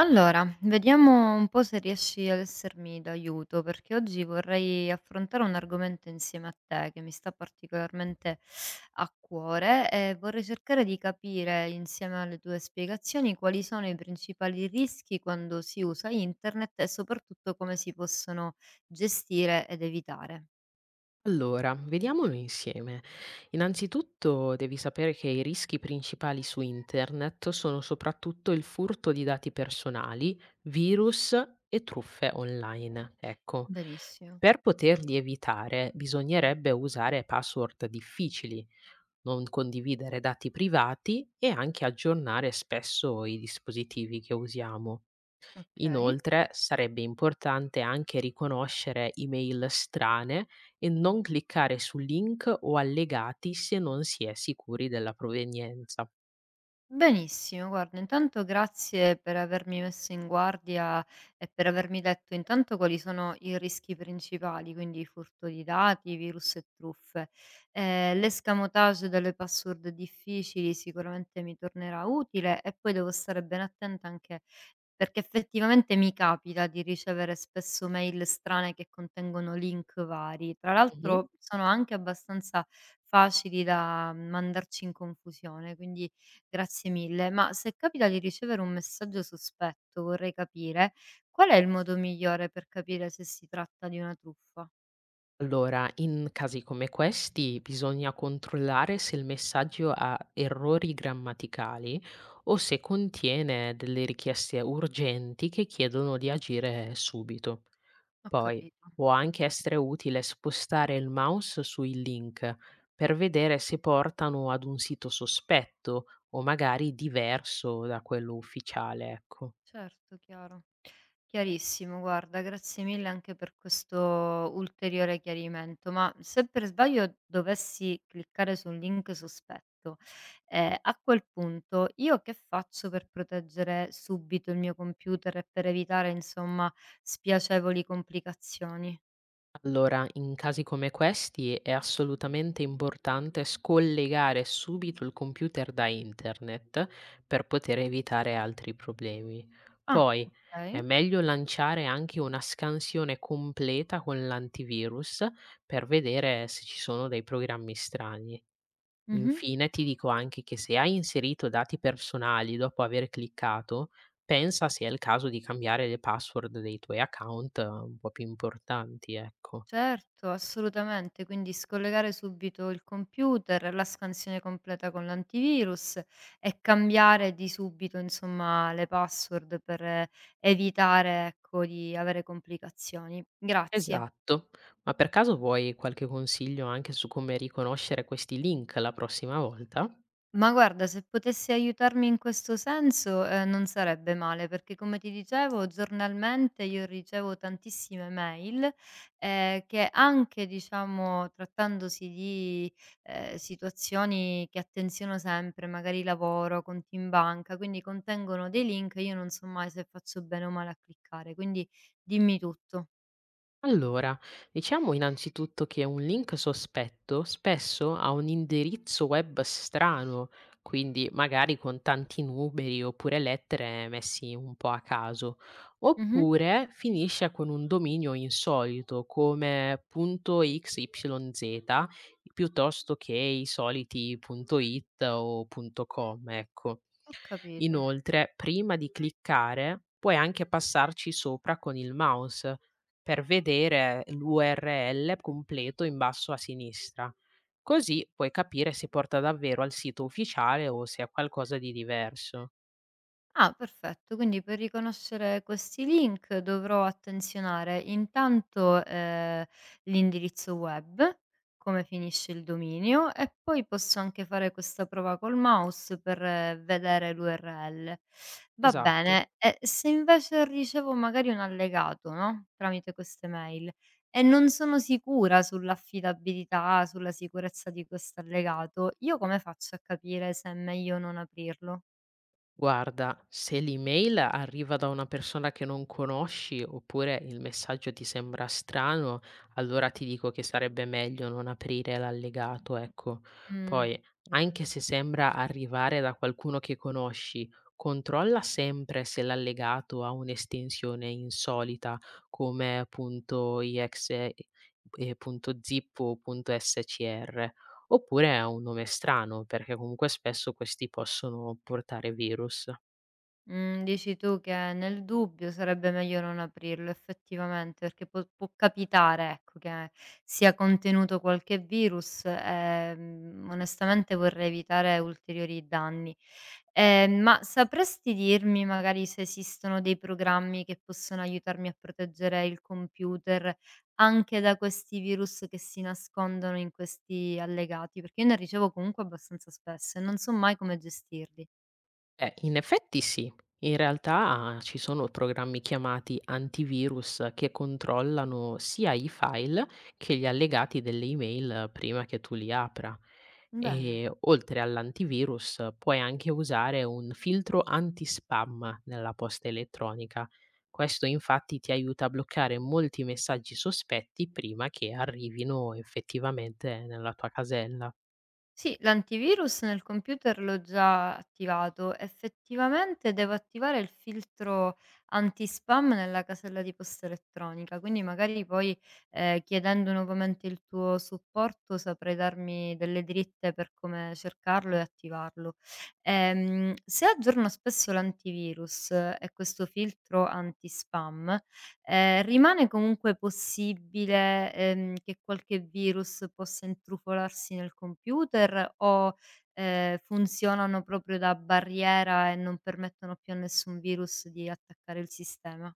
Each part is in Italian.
Allora, vediamo un po' se riesci ad essermi d'aiuto, perché oggi vorrei affrontare un argomento insieme a te che mi sta particolarmente a cuore e vorrei cercare di capire insieme alle tue spiegazioni quali sono i principali rischi quando si usa internet e soprattutto come si possono gestire ed evitare. Allora, vediamolo insieme. Innanzitutto devi sapere che i rischi principali su internet sono soprattutto il furto di dati personali, virus e truffe online. Ecco, Benissimo, per poterli evitare bisognerebbe usare password difficili, non condividere dati privati e anche aggiornare spesso i dispositivi che usiamo. ok. Inoltre, sarebbe importante anche riconoscere email strane e non cliccare su link o allegati se non si è sicuri della provenienza. Benissimo, guarda, intanto grazie per avermi messo in guardia e per avermi detto intanto quali sono i rischi principali, quindi furto di dati, virus e truffe. L'escamotage delle password difficili sicuramente mi tornerà utile e poi devo stare ben attenta anche perché effettivamente mi capita di ricevere spesso mail strane che contengono link vari. Tra Mhm. l'altro sono anche abbastanza facili da mandarci in confusione, quindi grazie mille. Ma se capita di ricevere un messaggio sospetto, vorrei capire qual è il modo migliore per capire se si tratta di una truffa? Allora, in casi come questi bisogna controllare se il messaggio ha errori grammaticali o se contiene delle richieste urgenti che chiedono di agire subito. Ho Poi capito. può anche essere utile spostare il mouse sui link per vedere se portano ad un sito sospetto o magari diverso da quello ufficiale, ecco. Certo, chiaro. Chiarissimo, guarda, grazie mille anche per questo ulteriore chiarimento. Ma se per sbaglio dovessi cliccare su un link sospetto, a quel punto io che faccio per proteggere subito il mio computer e per evitare, insomma, spiacevoli complicazioni? Allora, in casi come questi è assolutamente importante scollegare subito il computer da internet per poter evitare altri problemi. Ah, Poi è ok. meglio lanciare anche una scansione completa con l'antivirus per vedere se ci sono dei programmi strani. Mhm. Infine ti dico anche che se hai inserito dati personali dopo aver cliccato, pensa se è il caso di cambiare le password dei tuoi account un po' più importanti, ecco. Certo, assolutamente, quindi scollegare subito il computer, la scansione completa con l'antivirus e cambiare di subito, insomma, le password per evitare, ecco, di avere complicazioni. Grazie. Esatto. Ma per caso vuoi qualche consiglio anche su come riconoscere questi link la prossima volta? Ma guarda, se potessi aiutarmi in questo senso, non sarebbe male, perché come ti dicevo giornalmente io ricevo tantissime mail, che anche diciamo trattandosi di, situazioni che attenziono sempre, magari lavoro, conti in banca, quindi contengono dei link e io non so mai se faccio bene o male a cliccare, quindi dimmi tutto. Allora, diciamo innanzitutto che un link sospetto spesso ha un indirizzo web strano, quindi magari con tanti numeri oppure lettere messi un po' a caso, Mh-mh, oppure finisce con un dominio insolito come .xyz piuttosto che i soliti punto .it o punto .com, ecco. ho capito. Inoltre, prima di cliccare, puoi anche passarci sopra con il mouse per vedere l'URL completo in basso a sinistra. Così puoi capire se porta davvero al sito ufficiale o se è qualcosa di diverso. Ah, perfetto. Quindi per riconoscere questi link dovrò attenzionare intanto, l'indirizzo web, come finisce il dominio, e poi posso anche fare questa prova col mouse per vedere l'URL. Va Esatto. bene, e se invece ricevo magari un allegato, no, tramite queste mail, e non sono sicura sull'affidabilità, sulla sicurezza di quest'allegato, io come faccio a capire se è meglio non aprirlo? Guarda, se l'email arriva da una persona che non conosci oppure il messaggio ti sembra strano, allora ti dico che sarebbe meglio non aprire l'allegato, ecco. Mh. Poi, anche se sembra arrivare da qualcuno che conosci, controlla sempre se l'allegato ha un'estensione insolita come .exe, punto .zip o punto .scr. Oppure a un nome strano, perché comunque spesso questi possono portare virus. Mhmm, dici tu che nel dubbio sarebbe meglio non aprirlo effettivamente, perché può capitare, ecco, che sia contenuto qualche virus, onestamente vorrei evitare ulteriori danni. Ma sapresti dirmi magari se esistono dei programmi che possono aiutarmi a proteggere il computer anche da questi virus che si nascondono in questi allegati? Perché io ne ricevo comunque abbastanza spesso e non so mai come gestirli. In effetti sì. In realtà ci sono programmi chiamati antivirus che controllano sia i file che gli allegati delle email prima che tu li apra. Bene. E oltre all'antivirus puoi anche usare un filtro anti-spam nella posta elettronica. Questo infatti ti aiuta a bloccare molti messaggi sospetti prima che arrivino effettivamente nella tua casella. Sì, l'antivirus nel computer l'ho già attivato. Effettivamente devo attivare il filtro anti-spam nella casella di posta elettronica, quindi magari poi chiedendo nuovamente il tuo supporto saprai darmi delle dritte per come cercarlo e attivarlo. Se aggiorno spesso l'antivirus e questo filtro anti-spam, rimane comunque possibile, che qualche virus possa intrufolarsi nel computer o, funzionano proprio da barriera e non permettono più a nessun virus di attaccare il sistema?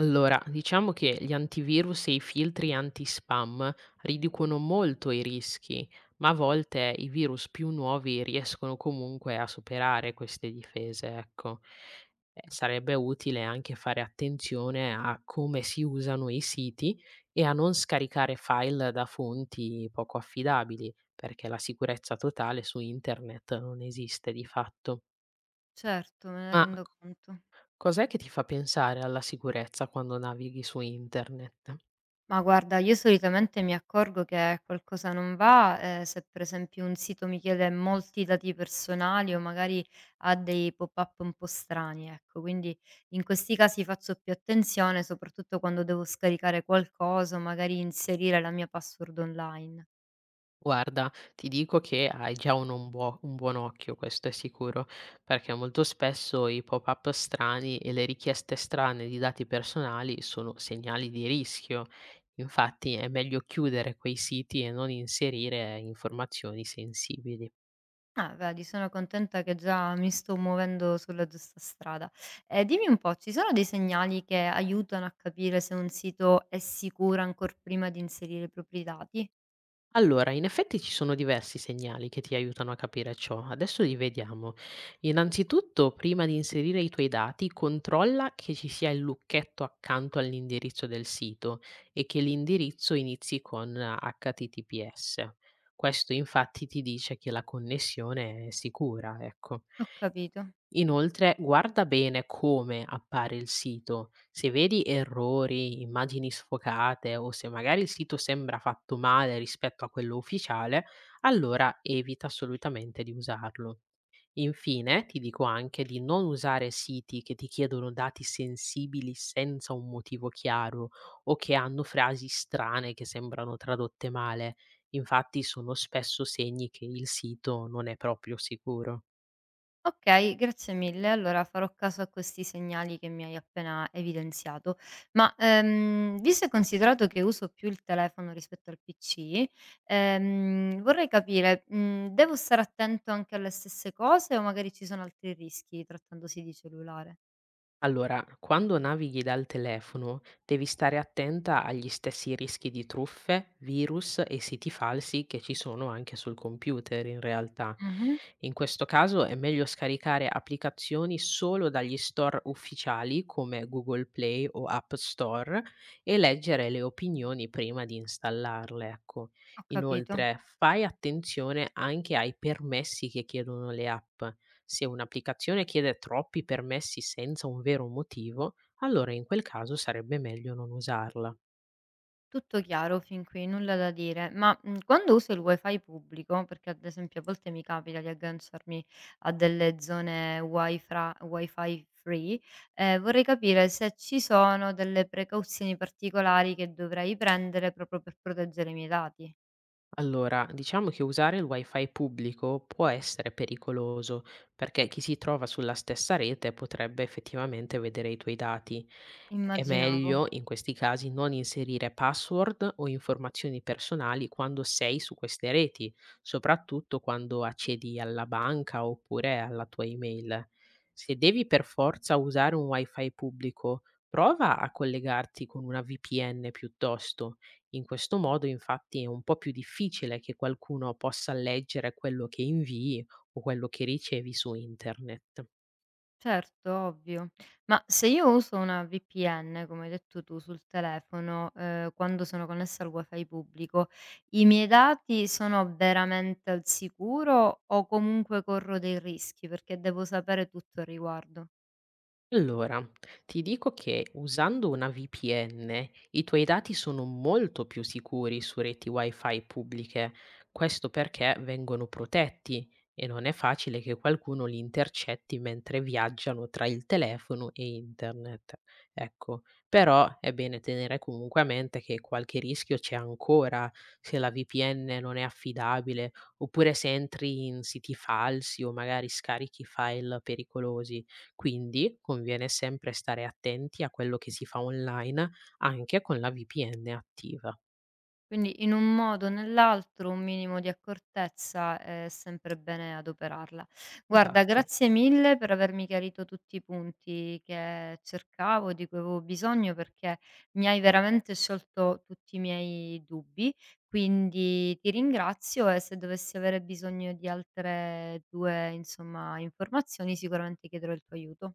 Allora, diciamo che gli antivirus e i filtri anti-spam riducono molto i rischi, ma a volte i virus più nuovi riescono comunque a superare queste difese, ecco. Sarebbe utile anche fare attenzione a come si usano i siti e a non scaricare file da fonti poco affidabili, perché la sicurezza totale su internet non esiste di fatto. Certo, me ne Ma rendo conto. cos'è che ti fa pensare alla sicurezza quando navighi su internet? Ma guarda, io solitamente mi accorgo che qualcosa non va, se per esempio un sito mi chiede molti dati personali o magari ha dei pop-up un po' strani, ecco. Quindi in questi casi faccio più attenzione, soprattutto quando devo scaricare qualcosa o magari inserire la mia password online. Guarda, ti dico che hai già un buon occhio, questo è sicuro, perché molto spesso i pop-up strani e le richieste strane di dati personali sono segnali di rischio. Infatti è meglio chiudere quei siti e non inserire informazioni sensibili. Ah, vedi, sono contenta che già mi sto muovendo sulla giusta strada. Dimmi un po', ci sono dei segnali che aiutano a capire se un sito è sicuro ancor prima di inserire i propri dati? Allora, in effetti ci sono diversi segnali che ti aiutano a capire ciò. Adesso li vediamo. Innanzitutto, prima di inserire i tuoi dati, controlla che ci sia il lucchetto accanto all'indirizzo del sito e che l'indirizzo inizi con HTTPS. Questo infatti ti dice che la connessione è sicura, ecco. Ho capito. Inoltre, guarda bene come appare il sito. Se vedi errori, immagini sfocate o se magari il sito sembra fatto male rispetto a quello ufficiale, allora evita assolutamente di usarlo. Infine, ti dico anche di non usare siti che ti chiedono dati sensibili senza un motivo chiaro o che hanno frasi strane che sembrano tradotte male. Infatti sono spesso segni che il sito non è proprio sicuro. Okay, grazie mille. Allora farò caso a questi segnali che mi hai appena evidenziato. Ma, visto e considerato che uso più il telefono rispetto al PC, vorrei capire, devo stare attento anche alle stesse cose o magari ci sono altri rischi trattandosi di cellulare? Allora, quando navighi dal telefono devi stare attenta agli stessi rischi di truffe, virus e siti falsi che ci sono anche sul computer in realtà. Mh-mh, In questo caso è meglio scaricare applicazioni solo dagli store ufficiali come Google Play o App Store e leggere le opinioni prima di installarle, ecco. ho capito. Inoltre, fai attenzione anche ai permessi che chiedono le app, se un'applicazione chiede troppi permessi senza un vero motivo, allora in quel caso sarebbe meglio non usarla. Tutto chiaro fin qui, nulla da dire, ma, quando uso il wifi pubblico, perché ad esempio a volte mi capita di agganciarmi a delle zone wifra wifi free, vorrei capire se ci sono delle precauzioni particolari che dovrei prendere proprio per proteggere i miei dati. Allora, diciamo che usare il wifi pubblico può essere pericoloso perché chi si trova sulla stessa rete potrebbe effettivamente vedere i tuoi dati. È Immaginavo. meglio in questi casi non inserire password o informazioni personali quando sei su queste reti, soprattutto quando accedi alla banca oppure alla tua email. Se devi per forza usare un wifi pubblico, prova a collegarti con una VPN piuttosto, in questo modo, infatti, è un po' più difficile che qualcuno possa leggere quello che invii o quello che ricevi su internet. Certo, ovvio. Ma se io uso una VPN, come hai detto tu, sul telefono, quando sono connessa al wifi pubblico, i miei dati sono veramente al sicuro o comunque corro dei rischi? Perché devo sapere tutto al riguardo. Allora, ti dico che usando una VPN i tuoi dati sono molto più sicuri su reti wifi pubbliche, questo perché vengono protetti e non è facile che qualcuno li intercetti mentre viaggiano tra il telefono e internet. Ecco, però è bene tenere comunque a mente che qualche rischio c'è ancora se la VPN non è affidabile oppure se entri in siti falsi o magari scarichi file pericolosi, quindi conviene sempre stare attenti a quello che si fa online anche con la VPN attiva. Quindi in un modo o nell'altro un minimo di accortezza è sempre bene adoperarla. Guarda, Esatto. grazie mille per avermi chiarito tutti i punti che cercavo, di cui avevo bisogno, perché mi hai veramente sciolto tutti i miei dubbi. Quindi ti ringrazio e se dovessi avere bisogno di altre due, insomma, informazioni, sicuramente chiederò il tuo aiuto.